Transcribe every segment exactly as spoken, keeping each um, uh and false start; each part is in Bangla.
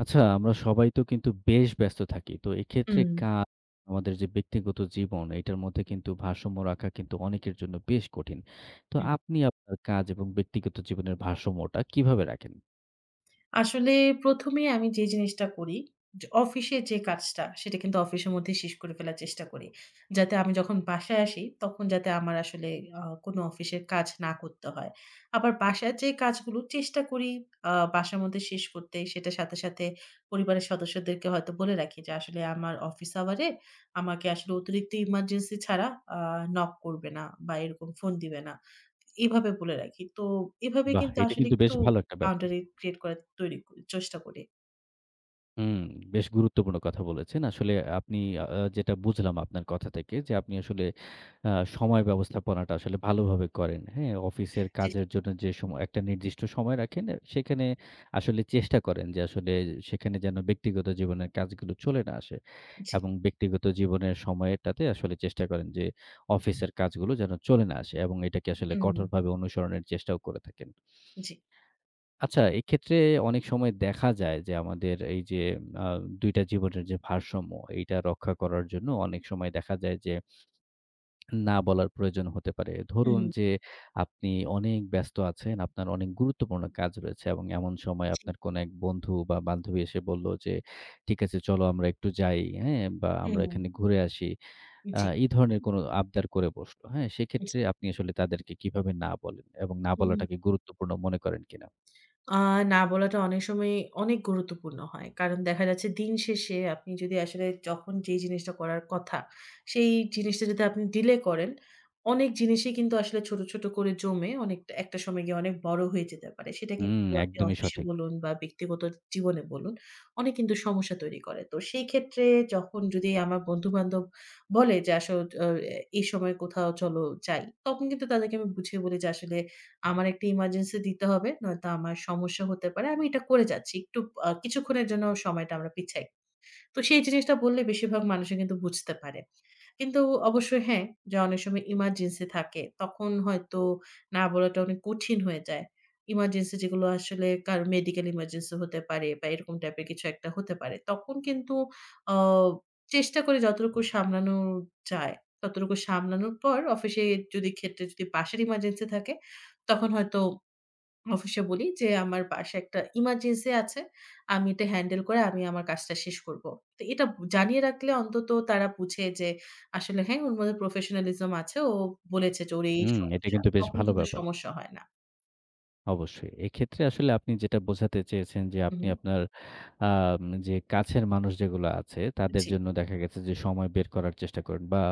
আচ্ছা, আমরা সবাই তো কিন্তু বেশ ব্যস্ত থাকি। তো এক্ষেত্রে হুম, কাজ, আমাদের যে ব্যক্তিগত জীবন, এটার মধ্যে কিন্তু ভারসাম্য রাখা কিন্তু অনেকের জন্য বেশ কঠিন। তো হুম। আপনি আপনার কাজ এবং ব্যক্তিগত জীবনের ভারসাম্যটা কিভাবে রাখেন? আসলে প্রথম এ আমি যে জিনিসটা করি, য অফিসে যে কাজটা সেটা কিন্তু অফিসের মধ্যে শেষ করে ফেলার চেষ্টা করি। যাতে আমি যখন বাসায় আসি তখন যাতে আমার আসলে আ কোনো অফিসের কাজ না করতে হয়। আবার বাসার যে কাজগুলো চেষ্টা করি আ বাসার মধ্যে শেষ করতে। সেটার সাথে, সাথে পরিবারের সদস্যদেরকে হয়তো বলে রাখি যে আসলে আমার অফিস আওয়ারে আমাকে আসলে অতিরিক্ত ইমার্জেন্সি ছাড়া আ নক করবে না বা এরকম ফোন দিবে না। এভাবে বলে রাখি। তো এভাবে বাহ! কিন্তু এটা আসলে কিন্তু বেশ একটু ভালো একটা ব্যাপার। বাউন্ডারি ক্রিয়েট করার তৈরি করি চেষ্টা করি। হুম, বেশ গুরুত্বপূর্ণ কথা বলেছেন। আসলে আপনি আ যেটা বুঝলাম আপনার কথা থেকে যে আপনি আসলে আ সময় ব্যবস্থাপনাটা আসলে ভালোভাবে করেন। হ্যাঁ? অফিসের জি। কাজের জন্য যে সময় একটা নির্দিষ্ট সময় রাখেন, আহ, সেখানে আসলে চেষ্টা করেন যে আসলে সেখানে যেন ব্যক্তিগত জীবনের কাজগুলো চলে না আসে। জি। এবং ব্যক্তিগত জীবনের সময়টাতে আসলে চেষ্টা করেন যে অফিসের কাজগুলো যেন চলে না আসে এবং এটাকে আসলে হুম। কঠোরভাবে অনুসরণের চেষ্টাও করে থাকেন। জি। আচ্ছা, এক্ষেত্রে অনেক সময় দেখা যায় যে আমাদের এই যে আ দুই টা জীবনের যে ভারসাম্য, এইটা রক্ষা করার জন্য অনেক সময় দেখা যায় যে না বলার প্রয়োজন হতে পারে। ধরুন হুম। যে আপনি অনেক ব্যস্ত আছেন, আপনার অনেক গুরুত্বপূর্ণ কাজ রয়েছে এবং এমন সময় জি। আপনার কোনো এক বন্ধু বা বান্ধবী এসে বলল যে, "ঠিক আছে চলো আমরা একটু যাই, হ্যাঁ? বা আমরা হুম। এখানে ঘুরে আসি।" আ জি। এই ধরনের কোনো আবদার করে বসলো, হ্যাঁ? জি। সেক্ষেত্রে আপনি আসলে তাদেরকে কিভাবে না বলেন এবং না হুম। বলাটাকে গুরুত্বপূর্ণ মনে করেন কিনা? আ না বলাটা অনেক সময় অনেক গুরুত্বপূর্ণ হয়। কারণ দেখা যাচ্ছে দিন শেষে আপনি যদি আসলে যখন যেই জিনিসটা করার কথা, সেই জিনিসটা যদি আপনি ডিলে করেন, অনেক জিনিসই কিন্তু আসলে ছোট, ছোট করে জমে অনেকটা একটা সময় গিয়ে অনেক বড় হয়ে যেতে পারে। সেটা হুম, কিন্তু আপনি একদমই অফিসে সঠিক। বলুন বা ব্যক্তিগত জীবনে বলুন, অনেক কিন্তু সমস্যা তৈরি করে। তো সেই ক্ষেত্রে যখন যদি আমার বন্ধু-বান্ধব বলে যে আসল আ এই সময় কোথাও চলো যাই, তখন কিন্তু তাদেরকে আমি বুঝিয়ে বলি যে আসলে আমার একটা ইমার্জেন্সি দিতে হবে নয়তো আমার সমস্যা হতে পারে। আমি এটা করে যাচ্ছি। একটু আ কিছুক্ষণের জন্য সময়টা আমরা পিছাই। তো সেই জিনিসটা বললে বেশিরভাগ মানুষই কিন্তু বুঝতে পারে। কিন্তু অবশ্যই হ্যাঁ, যে অনেক সময় ইমার্জেন্সি থাকে তখন হয়তো না বলাটা অনেক কঠিন হয়ে যায়। ইমার্জেন্সি যেগুলো আসলে কারো মেডিকেল ইমার্জেন্সি হতে পারে বা এরকম টাইপের কিছু একটা হতে পারে। তখন কিন্তু আ চেষ্টা করে যতটুকু সামলানো যায়, ততটুকু সামলানোর পর অফিসে যদি ক্ষেত্রে যদি বাসার ইমার্জেন্সি থাকে তখন হয়তো অফিসে বলি যে, "আমার বাসায় একটা ইমার্জেন্সি আছে। আমি এটা হ্যান্ডেল করে আমি আমার কাজটা শেষ করব।" তো এটা জানিয়ে রাখলে অন্তত তারা বুঝে যে আসলে হ্যাঁ, ওর মধ্যে প্রফেশনালিজম আছে। ও বলেছে যে ওর এই হুম, এটা সমস্যা। কিন্তু বেশ তখন ভালো কিন্তু ব্যাপার। সমস্যা হয় না। অবশ্যই। এক্ষেত্রে আসলে আপনি যেটা বোঝাতে চেয়েছেন যে হু, আপনি হু। আপনার আম যে কাছের মানুষ যেগুলো আছে তাদের জি। জন্য দেখা গেছে যে সময় বের করার চেষ্টা করেন বা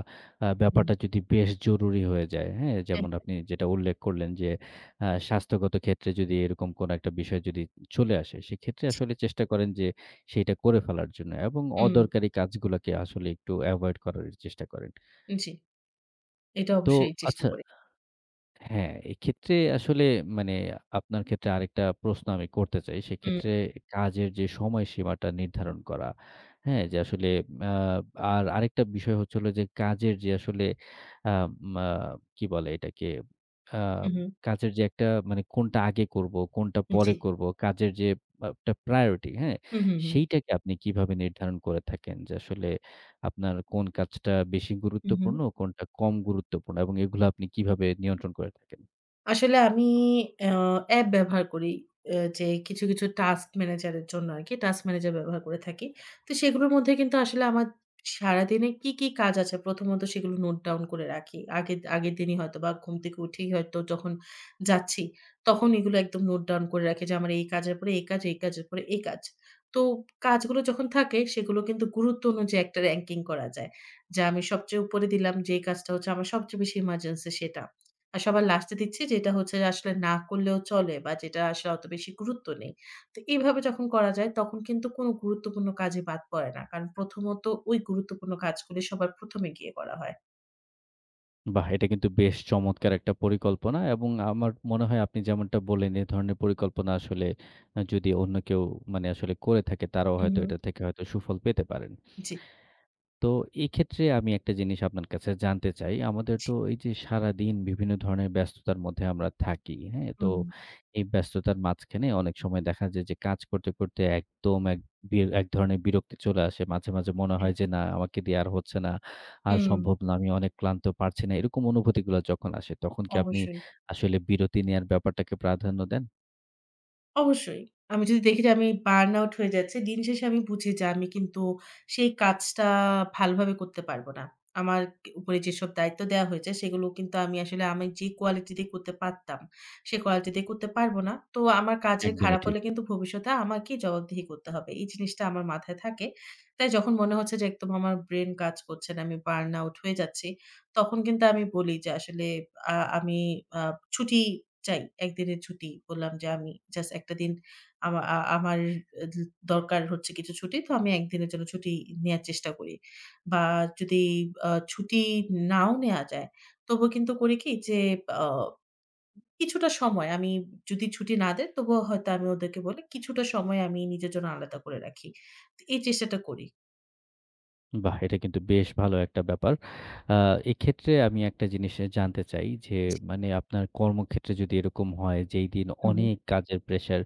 আ হুম। ব্যাপারটা যদি বেশ জরুরি হয়ে যায়, হ্যাঁ? হ্যাঁ, যেমন হ্যাঁ। আপনি যেটা উল্লেখ করলেন যে আ স্বাস্থ্যগত ক্ষেত্রে যদি এরকম কোনো একটা বিষয় যদি চলে আসে, সেক্ষেত্রে জি। আসলে চেষ্টা করেন যে সেইটা করে ফেলার জন্য এবং হুম। অদরকারি কাজগুলাকে আসলে একটু এভয়েড করার চেষ্টা করেন। জি। এটা তো অবশ্যই চেষ্টা আচ্ছা করি। হ্যাঁ, এক্ষেত্রে আসলে মানে আপনার ক্ষেত্রে আরেকটা প্রশ্ন আমি করতে চাই। হুম। সেক্ষেত্রে কাজের যে সময়সীমাটা নির্ধারণ করা, হ্যাঁ? যে আসলে আ আর আরেকটা বিষয় হচ্ছে হলো যে কাজের যে আসলে আম আ কি বলে এটাকে? আ হু, হু। কাজের যে একটা মানে কোনটা আগে করব, কোনটা পরে জি। করব, কাজের যে আ একটা প্রায়োরিটি, হ্যাঁ? হু, হু, হু। সেইটাকে আপনি কিভাবে নির্ধারণ করে থাকেন? যে আসলে আপনার কোন কাজটা বেশি হু, হু। গুরুত্বপূর্ণ, কোনটা কম গুরুত্বপূর্ণ এবং এগুলো আপনি কিভাবে নিয়ন্ত্রণ করে থাকেন? আসলে আমি আ অ্যাপ ব্যবহার করি। এ যে কিছু, কিছু টাস্ক ম্যানেজার এর জন্য আরকি টাস্ক ম্যানেজার ব্যবহার করে থাকি। তো সেগুলোর মধ্যে কিন্তু আসলে আমার সারাদিনে কি, কি কাজ আছে প্রথমত সেগুলো নোট ডাউন করে রাখি। আগের আগের দিনই হয়তোবা ঘুম থেকে উঠেই হয়তো যখন যাচ্ছি, তখন এগুলো একদম নোট ডাউন করে রাখি যে আমার এই কাজের পরে এই কাজ, এই কাজের পরে এই কাজ। তো কাজগুলো যখন থাকে সেগুলো কিন্তু গুরুত্ব অনুযায়ী একটা র‍্যাংকিং করা যায়। যে আমি সবচেয়ে উপরে দিলাম যে কাজটা হচ্ছে আমার সবচেয়ে বেশি ইমার্জেন্সি সেটা। আর সবার লাস্টে দিচ্ছি যেটা হচ্ছে যে আসলে না করলেও চলে বা যেটা আসলে অত বেশি গুরুত্ব নেই। তো এইভাবে যখন করা যায় তখন কিন্তু কোনো গুরুত্বপূর্ণ কাজই বাদ পড়ে না। কারণ প্রথমত ওই গুরুত্বপূর্ণ কাজগুলি সবার প্রথম এ গিয়ে করা হয়। বাহ! এটা কিন্তু বেশ চমৎকার একটা পরিকল্পনা এবং আমার মনে হয় আপনি যেমনটা বললেন এ ধরনের পরিকল্পনা আসলে আ যদি অন্য কেউ মানে আসলে করে থাকে তারাও হুম, হয়তো হুম। এটা থেকে হয়তো সুফল পেতে পারেন। জি, তো এক্ষেত্রে আমি একটা জিনিস আপনার কাছে জানতে চাই। আমাদের জি। তো এই যে সারাদিন বিভিন্ন ধরনের ব্যস্ততার মধ্যে আমরা থাকি, হ্যাঁ? তো হুম, এই ব্যস্ততার মাঝখানে অনেক সময় দেখা যায় যে কাজ করতে, করতে একদম এক বি এক ধরনের বিরক্তি চলে আসে। মাঝে, মাঝে মনে হ্যাঁ। হয় যে না আমাকে দিয়ে আর হচ্ছে না। আর হুম, সম্ভব না। আমি অনেক ক্লান্ত, পারছি না। এরকম অনুভূতিগুলা যখন আসে তখন কি আপনি অবশ্যই। আসলে বিরতি নেয়ার ব্যাপারটাকে প্রাধান্য দেন? অবশ্যই। আমি যদি দেখি যে আমি বার্ন আউট হয়ে যাচ্ছি, দিন শেষে আমি বুঝি যে আমি কিন্তু সেই কাজটা ভালোভাবে করতে পারব না। আমার উপরে যেসব দায়িত্ব দেয়া হয়েছে সেগুলো কিন্তু আমি আসলে আমি যে কোয়ালিটিতে করতে পারতাম, সে কোয়ালিটিতে করতে পারব না। তো আমার কাজের একদমই খারাপ ঠিক। হলে কিন্তু ভবিষ্যতে আমাকেই জবাবদিহি করতে হবে। এই জিনিসটা আমার মাথায় থাকে। তাই যখন মনে হচ্ছে যে একদম আমার ব্রেইন কাজ করছে না, আমি বার্ন আউট হয়ে যাচ্ছি তখন কিন্তু আমি বলি যে আসলে আ আমি আ ছুটি চাই। এক দিনের ছুটি। বললাম যে আমি জাস্ট একটা দিন আমা আ আমার দু দরকার হচ্ছে কিছু ছুটি। তো আমি এক দিনের জন্য ছুটি নেয়ার চেষ্টা করি। বা যদি আ ছুটি নাও নেয়া যায়, তবুও কিন্তু করি কি যে আ কিছুটা সময় আমি যদি ছুটি না দেয় তবুও হয়তো আমি ওদেরকে বলি কিছুটা সময় আমি নিজের জন্য আলাদা করে রাখি। তো এই চেষ্টাটা করি। বাহ! এটা কিন্তু বেশ ভালো একটা ব্যাপার। আ এক্ষেত্রে আমি একটা জিনিস এ জানতে চাই যে, জি। মানে আপনার কর্মক্ষেত্রে যদি এরকম হয় যেই দিন হু, হু। অনেক কাজের প্রেশার,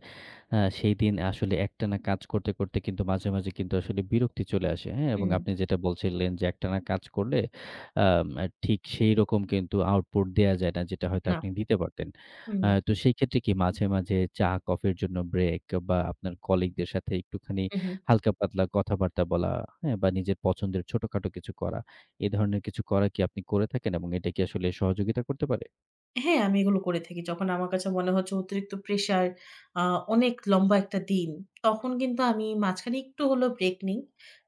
আ সেই দিন আসলে একটানা কাজ করতে, করতে কিন্তু মাঝে, মাঝে কিন্তু আসলে বিরক্তি চলে আসে, হ্যাঁ? এবং হুম। আপনি যেটা বলছিলেন যে একটানা কাজ করলে আম আ ঠিক সেই রকম কিন্তু আউটপুট দেয়া যায় না যেটা হয়তো না। আপনি দিতে পারতেন। হুম, আ তো সেই ক্ষেত্রে কি মাঝে, মাঝে চা, কফির জন্য ব্রেক বা আপনার কলিগদের সাথে একটুখানি হু, হু। হালকা পাতলা কথাবার্তা বলা, হ্যাঁ? বা নিজের পছন্দের ছোটখাটো কিছু করা। এ ধরনের কিছু করা কি আপনি করে থাকেন এবং এটা কি আসলে সহযোগিতা করতে পারে? হ্যাঁ, আমি এগুলো করে থাকি। যখন আমার কাছে মনে হচ্ছে অতিরিক্ত প্রেশার, আ অনেক লম্বা একটা দিন, তখন কিন্তু আমি মাঝখানে একটু হলেও ব্রেক নিই।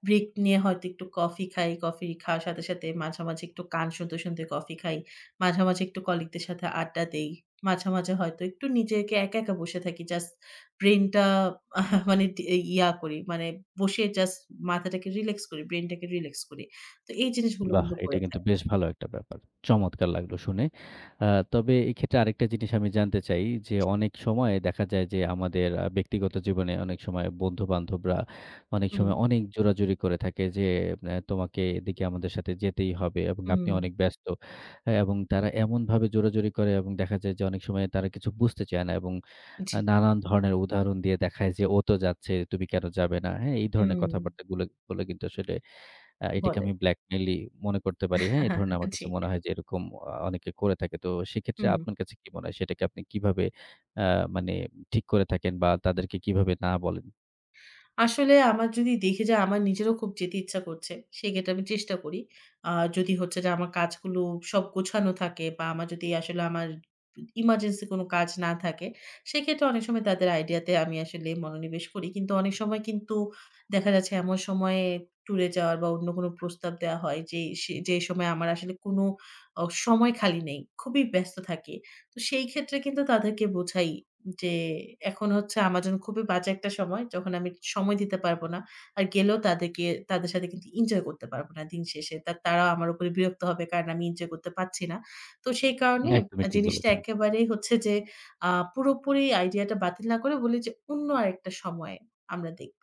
ব্রেক নিয়ে হয়তো একটু কফি খাই। কফি খাওয়ার সাথে, সাথে মাঝামাঝি একটু গান শুনতে, শুনতে কফি খাই। মাঝামাঝি একটু কলিগদের সাথে আড্ডা দেই। মাঝে, মাঝে হয়তো একটু নিজেকে একা, একা বসে থাকি। জাস্ট ব্রেইনটা মানে ডি ইয়া করি, মানে বসে জাস্ট মাথাটাকে রিল্যাক্স করি, ব্রেইনটাকে রিল্যাক্স করি। তো এই জিনিসগুলো বাহ! কিন্তু এটা করে কিন্তু থাকি। বেশ ভালো একটা ব্যাপার। চমৎকার লাগলো শুনে। আ তবে এক্ষেত্রে আরেকটা জিনিস আমি জানতে চাই যে, জি। অনেক সময় দেখা যায় যে আমাদের আ ব্যক্তিগত জীবনে অনেক সময় বন্ধু-বান্ধবরা অনেক হুম, সময় অনেক জোরাজুরি করে থাকে যে, "অ্যা তোমাকে এদিকে আমাদের সাথে যেতেই হবে এবং আপনি হুম। অনেক ব্যস্ত।" আ এবং তারা এমনভাবে জোরাজুরি করে এবং দেখা যায় যে অনেক সময় তারা কিছু বুঝতে চায় না এবং জি। আ নানান ধরনের উদাহরণ দিয়ে দেখায় যে, "ও তো যাচ্ছে, তুমি কেন যাবে না?" হ্যাঁ? এই ধরনের হুম। কথাবার্তাগুলো বলে কিন্তু আসলে আ এটিকে বলে। আমি ব্ল্যাকমেইলই মনে করতে পারি। হ্যাঁ? এই ধরনের আমার জি। কাছে মনে হয় যে এরকম আ অনেকে করে থাকে। তো সেক্ষেত্রে হুম। আপনার কাছে কি মনে হয় সেটাকে আপনি কিভাবে আ মানে ঠিক করে থাকেন বা তাদেরকে কিভাবে না বলেন? আসলে আমার যদি দেখি যে আমার নিজেরও খুব যেতে ইচ্ছা করছে, সেক্ষেত্রে আমি চেষ্টা করি। আ যদি হচ্ছে যে আমার কাজগুলো সব গোছানো থাকে বা আমার যদি আসলে আমার ইমার্জেন্সি কোনো কাজ না থাকে, সেক্ষেত্রে অনেক সময় তাদের আইডিয়াতে আমি আসলে মনোনিবেশ করি। কিন্তু অনেক সময় কিন্তু দেখা যাচ্ছে এমন সময়ে ট্যুরে যাওয়ার বা অন্য কোনো প্রস্তাব দেওয়া হয় যে সে যে সময় আমার আসলে কোনো অ সময় খালি নেই। খুবই ব্যস্ত থাকি। তো সেই ক্ষেত্রে কিন্তু তাদেরকে বোঝাই যে এখন হচ্ছে Amazon খুবই বাজে একটা সময় যখন আমি সময় দিতে পারব না। আর গেলেও তাদেরকে তাদের সাথে কিন্তু এনজয় করতে পারব না দিন শেষে। তা তারাও আমার উপরে বিরক্ত হবে কারণ আমি এনজয় করতে পারছি না। তো সেই কারণে আ একদমই ঠিক জিনিসটা বলেছেন। একেবারেই হচ্ছে যে আ পুরোপুরি আইডিয়াটা বাতিল না করে বলি যে অন্য আরেকটা সময়ে আমরা দেখব।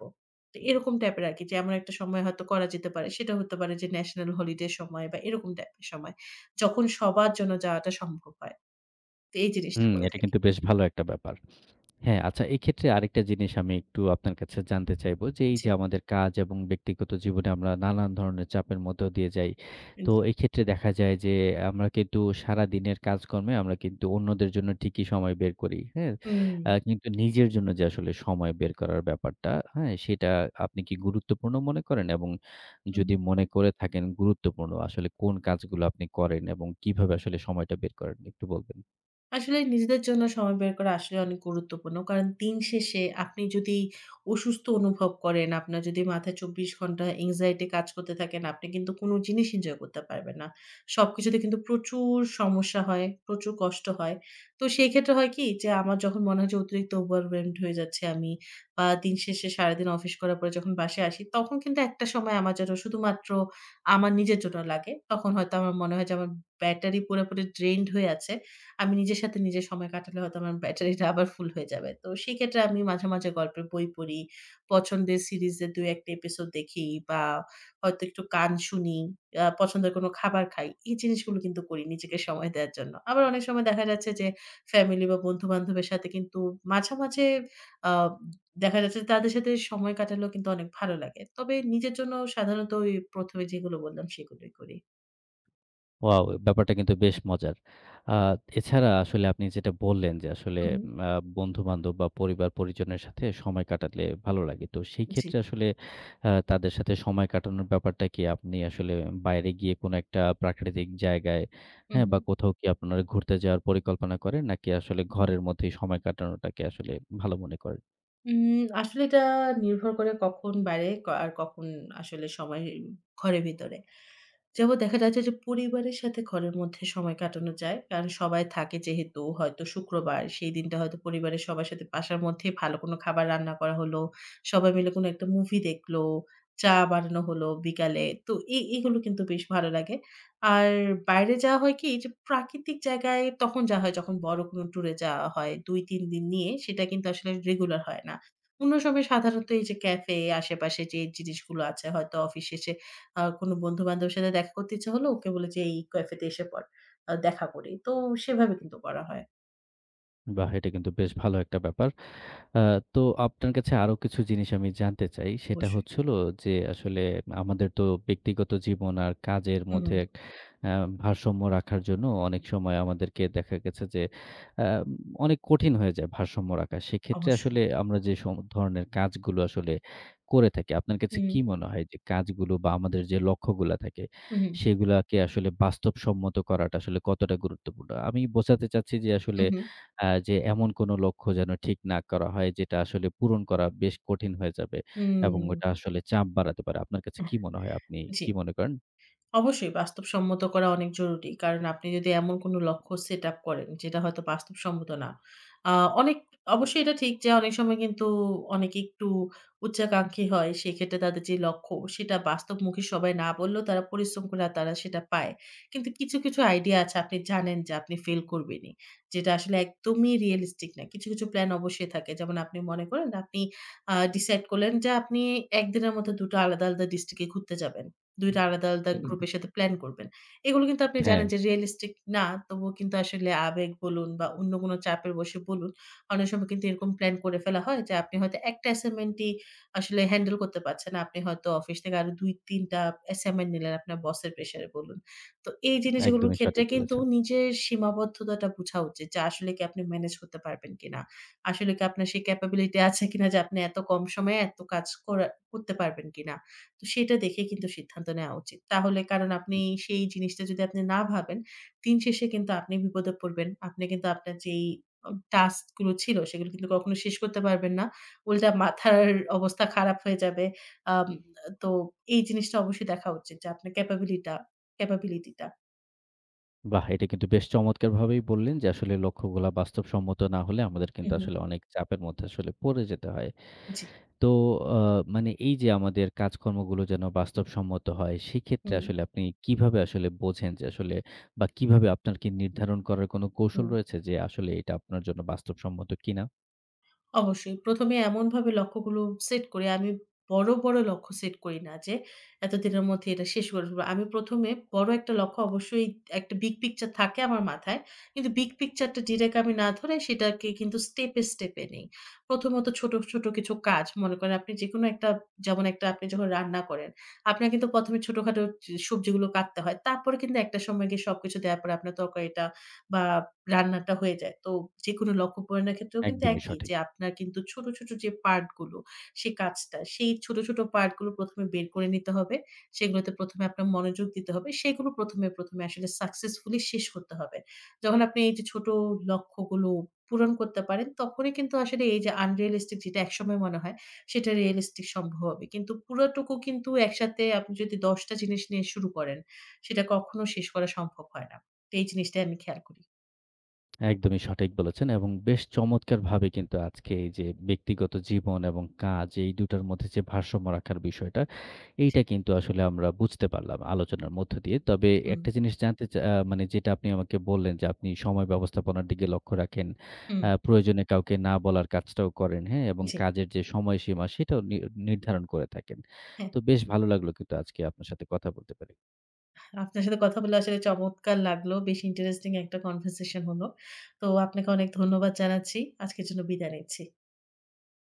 তো এরকম টাইপের আরকি যে এমন একটা সময় হয়তো করা যেতে পারে। সেটা হতে পারে যে ন্যাশনাল হলিডে সময় বা এরকম টাইপের সময়। যখন সবার জন্য যাওয়াটা সম্ভব হয়। তো এই জিনিসটা হুম, বলে এটা থাকি। কিন্তু বেশ ভালো একটা ব্যাপার। হ্যাঁ, আচ্ছা এক্ষেত্রে আরেকটা জিনিস আমি একটু আপনার কাছে জানতে চাইবো যে, এই জি, যে আমাদের কাজ এবং ব্যক্তিগত জীবনে আমরা নানান ধরনের চাপের মধ্য দিয়ে যাই। তো জি। এই ক্ষেত্রে দেখা যায় যে আমরা কিন্তু সারাদিনের কাজকর্মে আমরা কিন্তু অন্যদের জন্য ঠিকই সময় বের করি। হ্যাঁ? মো মো আ কিন্তু নিজের জন্য যে আসলে সময় বের করার ব্যাপারটা, হ্যাঁ? সেটা আপনি কি গুরুত্বপূর্ণ মনে করেন? এবং মো. যদি মনে করে থাকেন গুরুত্বপূর্ণ আসলে কোন কাজগুলো আপনি করেন এবং কিভাবে আসলে সময়টা বের করেন একটু বলবেন? আসলে নিজেদের জন্য সময় বের করা আসলে অনেক গুরুত্বপূর্ণ। কারণ দিন শেষে আপনি যদি অসুস্থ অনুভব করেন, আপনার যদি মাথায় চব্বিশ ঘন্টা anxiety কাজ করতে থাকেন, আপনি কিন্তু কোনো জিনিস এনজয় করতে পারবেন না। সবকিছুতে কিন্তু প্রচুর সমস্যা হয়, প্রচুর কষ্ট হয়। তো সেই ক্ষেত্রে হয় কি যে আমার যখন মনে হয় যে অতিরিক্ত overwhelmed হয়ে যাচ্ছি আমি বা দিন শেষে সারাদিন অফিস করার পরে যখন বাসায় আসি, তখন কিন্তু একটা সময় আমার যেন শুধুমাত্র আমার নিজের জন্য লাগে। তখন হয়তো আমার মনে হয় যে আমার ব্যাটারি পুরোপুরি drained হয়ে আছে। আমি নিজের সাথে নিজে সময় কাটালে হয়তো আমার ব্যাটারিটা আবার ফুল হয়ে যাবে। তো সেক্ষেত্রে আমি মাঝে, মাঝে গল্পের বই পড়ি, পছন্দের সিরিজের দুই এক টা এপিসোড দেখি বা হয়তো একটু গান শুনি, আ পছন্দের কোনো খাবার খাই। এই জিনিসগুলো কিন্তু করি নিজেকে সময় দেওয়ার জন্য। আবার অনেক সময় দেখা যাচ্ছে যে ফ্যামিলি বা বন্ধু-বান্ধবের সাথে কিন্তু মাঝামাঝি আ দেখা যাচ্ছে যে তাদের সাথে সময় কাটালেও কিন্তু অনেক ভালো লাগে। তবে নিজের জন্য সাধারণত ওই প্রথম এ যেগুলো বললাম সেগুলোই করি। ওয়াও! ব্যাপারটা কিন্তু বেশ মজার। আ এছাড়া আসলে আপনি যেটা বললেন যে আসলে হু, হু। আ বন্ধু-বান্ধব বা পরিবার-পরিজনের সাথে সময় কাটালে ভালো লাগে। তো সেই জি। ক্ষেত্রে আসলে আ তাদের সাথে সময় কাটানোর ব্যাপারটা কি আপনি আসলে বাইরে গিয়ে কোনো একটা প্রাকৃতিক জায়গায়, হু, হ্যাঁ? হু। বা কোথাও কি আপনারা ঘুরতে যাওয়ার পরিকল্পনা করেন? নাকি আসলে ঘরের মধ্যেই সময় কাটানোটাকে আসলে ভালো মনে করেন? উম আসলে এটা নির্ভর করে কখন বাইরে ক আর কখন আসলে সময় ঘরের ভিতরে। যেমন দেখা যাচ্ছে যে পরিবারের সাথে ঘরের মধ্যে সময় কাটানো যায়। কারণ সবাই থাকে যেহেতু হয়তো শুক্রবার সেই দিনটা হয়তো পরিবারের সবার সাথে বাসার মধ্যেই ভালো কোনো খাবার রান্না করা হলো। সবাই মিলে কোনো একটা মুভি দেখলো, চা বানানো হলো বিকালে। তো এ এগুলো কিন্তু বেশ ভালো লাগে। আর বাইরে যাওয়া হয় কি যে প্রাকৃতিক জায়গায় তখন যাওয়া হয় যখন বড় কোনো ট্যুরে যাওয়া হয় দুই তিন দিন নিয়ে সেটা কিন্তু আসলে রেগুলার হয় না। অন্য সময় সাধারণত এই যে ক্যাফে আশেপাশে যে জিনিসগুলো আছে হয়তো অফিস শেষে আ কোনো বন্ধু-বান্ধবের সাথে দেখা করতে ইচ্ছা হলো, ওকে বলি যে, "এই ক্যাফেতে এসে পড়। আ দেখা করি।" তো সেভাবে কিন্তু করা হয়। বাহ! এটা কিন্তু বেশ ভালো একটা ব্যাপার। আ তো আপনার কাছে আরো কিছু জিনিস আমি জানতে চাই। সেটা অবশ্যই। হচ্ছে হলো যে আসলে আমাদের তো ব্যক্তিগত জীবন আর কাজের হুম, মধ্যে হুম। এক আ ভারসাম্য রাখার জন্য অনেক সময় আমাদেরকে দেখা গেছে যে আ অনেক কঠিন হয়ে যায় ভারসাম্য রাখা। সেক্ষেত্রে অবশ্যই। আসলে আমরা যে সম ধরনের কাজগুলো আসলে করে থাকি, আপনার কাছে হুম, কি মনে হয় যে কাজগুলো বা আমাদের যে লক্ষ্যগুলা থাকে হুম, হুম, সেগুলাকে আসলে বাস্তবসম্মত করাটা আসলে কতটা গুরুত্বপূর্ণ? আমি বোঝাতে চাচ্ছি যে আসলে হুম, হুম। আ যে এমন কোন লক্ষ্য যেন ঠিক না করা হয়, যেটা আসলে পূরণ করা বেশ কঠিন হয়ে যাবে এবং ওটা হুম। আসলে চাপ বাড়াতে পারে। আপনার কাছে কি মনে হয়? আপনি জি। কি মনে করেন? অবশ্যই বাস্তবসম্মত করা অনেক জরুরি। কারণ আপনি যদি এমন কোনো লক্ষ্য সেট আপ করেন যেটা হয়তো বাস্তবসম্মত না। আ অনেক অবশ্যই এটা ঠিক যে অনেক সময় কিন্তু অনেকে একটু উচ্চাকাঙ্ক্ষী হয়। সেক্ষেত্রে তাদের যে লক্ষ্য সেটা বাস্তবমুখী সবাই না বললেও তারা পরিশ্রম করে আর তারা সেটা পায়। কিন্তু কিছু, কিছু আইডিয়া আছে আপনি জানেন যে আপনি ফেল করবেনই। যেটা আসলে একদমই রিয়ালিস্টিক না। কিছু, কিছু প্ল্যান অবশ্যই থাকে। যেমন আপনি মনে করেন আপনি আ ডিসাইড করলেন যে আপনি এক দিনের মধ্যে দুই টা আলাদা, আলাদা ডিস্ট্রিক্ট এ ঘুরতে যাবেন। দুই টা আলাদা, আলাদা গ্রুপের সাথে প্লান করবেন। এগুলো কিন্তু আপনি হ্যাঁ, জানেন যে রিয়ালিস্টিক না। তবুও কিন্তু আসলে আবেগ বলুন বা অন্য কোনো চাপের বশে বলুন, অনেক সময় কিন্তু এরকম প্লান করে ফেলা হয় যে আপনি হয়তো একটা অ্যাসাইনমেন্টই আসলে হ্যান্ডেল করতে পারছেন না। আপনি হয়তো অফিস থেকে আরো দুই তিন টা অ্যাসাইনমেন্ট নিলেন আপনার বসের প্রেশারে বলুন। তো এই জিনিসগুলোর একদমই ক্ষেত্রে সঠিক কিন্তু বলেছেন। নিজের সীমাবদ্ধতাটা বুঝা উচিত যে আসলে কি আপনি ম্যানেজ করতে পারবেন কিনা? আসলে কি আপনার সেই ক্যাপাবিলিটি আছে কিনা যে আপনি এত কম সময়ে এত কাজ করা করতে পারবেন কিনা? তো সেটা দেখে কিন্তু সিদ্ধান্ত নেওয়া উচিত। তাহলে কারণ আপনি সেই জিনিসটা যদি আপনি না ভাবেন, দিন শেষে কিন্তু আপনি বিপদে পড়বেন। আপনি কিন্তু আপনার যেই অ টাস্ক গুলো ছিল সেগুলো কিন্তু কখনো শেষ করতে পারবেন না। উল্টা মাথার অবস্থা খারাপ হয়ে যাবে। আম তো এই জিনিসটা অবশ্যই দেখা উচিত যে আপনার ক্যাপাবিলিটা ক্যাপাবিলিটি টা। বাহ! এটা কিন্তু বেশ চমৎকারভাবেই বললেন যে আসলে লক্ষ্যগুলা বাস্তবসম্মত না হলে আমাদের হু, কিন্তু হু। আসলে অনেক চাপের মধ্যে আসলে পড়ে যেতে হয়। জি। তো আ মানে এই যে আমাদের কাজকর্মগুলো যেন বাস্তবসম্মত হয়, সেক্ষেত্রে হুম, আসলে আপনি কিভাবে আসলে বোঝেন যে আসলে বা কিভাবে আপনার কি নির্ধারণ করার কোনো কৌশল হুম। রয়েছে যে আসলে এটা আপনার জন্য বাস্তবসম্মত কিনা? অবশ্যই। প্রথম এ এমনভাবে লক্ষ্যগুলো সেট করি। আমি বড়, বড় লক্ষ্য সেট করি না যে, এতদিনের মধ্যে এটা শেষ করে ফেলব। আমি ১ম এ বড় একটা লক্ষ্য অবশ্যই একটা big picture থাকে আমার মাথায়। কিন্তু big picture টা ডিরেক্ট আমি না ধরে সেটাকে কিন্তু স্টেপে, স্টেপে নেই। প্রথমত ছোট, ছোট কিছু কাজ। মনে করেন আপনি যেকোনো একটা যেমন একটা আপনি যখন রান্না করেন, আপনার কিন্তু প্রথম এ ছোটখাটো চ সবজিগুলো কাটতে হয়। তারপরে কিন্তু একটা সময় গিয়ে সবকিছু দেয়ার পরে আপনার তরকারিটা বা রান্নাটা হয়ে যায়। তো যেকোনো লক্ষ্যপূরণের ক্ষেত্রেও কিন্তু একদমই একই সঠিক। যে আপনার কিন্তু ছোট, ছোট যে পার্ট গুলো, সে কাজটা, সেই ছোট, ছোট পার্ট গুলো প্রথম এ বের করে নিতে হবে। সেগুলোতে প্রথম এ আপনার মনোযোগ দিতে হবে। সেগুলো ১ম এ ১ম এ আসলে সাকসেসফুলি শেষ করতে হবে। যখন আপনি এই যে ছোট লক্ষ্যগুলো পূরণ করতে পারেন, তখনই কিন্তু আসলে এই যে unrealistic যেটা একসময় মনে হয়, সেটা realistic সম্ভব হবে। কিন্তু পুরাটুকু কিন্তু একসাথে আপনি যদি দশ টা জিনিস নিয়ে শুরু করেন, সেটা কখনো শেষ করা সম্ভব হয় না। তো এই জিনিসটাই আমি খেয়াল করি। একদমই সঠিক বলেছেন এবং বেশ চমৎকারভাবে কিন্তু আজকে এই যে ব্যক্তিগত জীবন এবং কাজ এই দুটার মধ্যে যে ভারসাম্য রাখার বিষয়টা জি। এইটা কিন্তু আসলে আমরা বুঝতে পারলাম আলোচনার মধ্য দিয়ে। তবে হুম, একটা জিনিস জানতে চা আ মানে যেটা আপনি আমাকে বললেন যে আপনি সময় ব্যবস্থাপনার দিকে লক্ষ্য রাখেন। হুম, আ প্রয়োজনে কাউকে না বলার কাজটাও করেন, হ্যাঁ? এবং জি। কাজের যে সময়সীমা সেটাও নি নির্ধারণ করে থাকেন। হ্যাঁ, তো বেশ ভালো লাগলো কিন্তু আজকে আপনার সাথে কথা বলতে পেরে। আপনার সাথে কথা বলে আসলে চমৎকার লাগলো। বেশ ইন্টারেস্টিং একটা কনভারসেশন হলো। তো আপনাকে অনেক ধন্যবাদ জানাচ্ছি। আজকের জন্য বিদায় নিচ্ছি।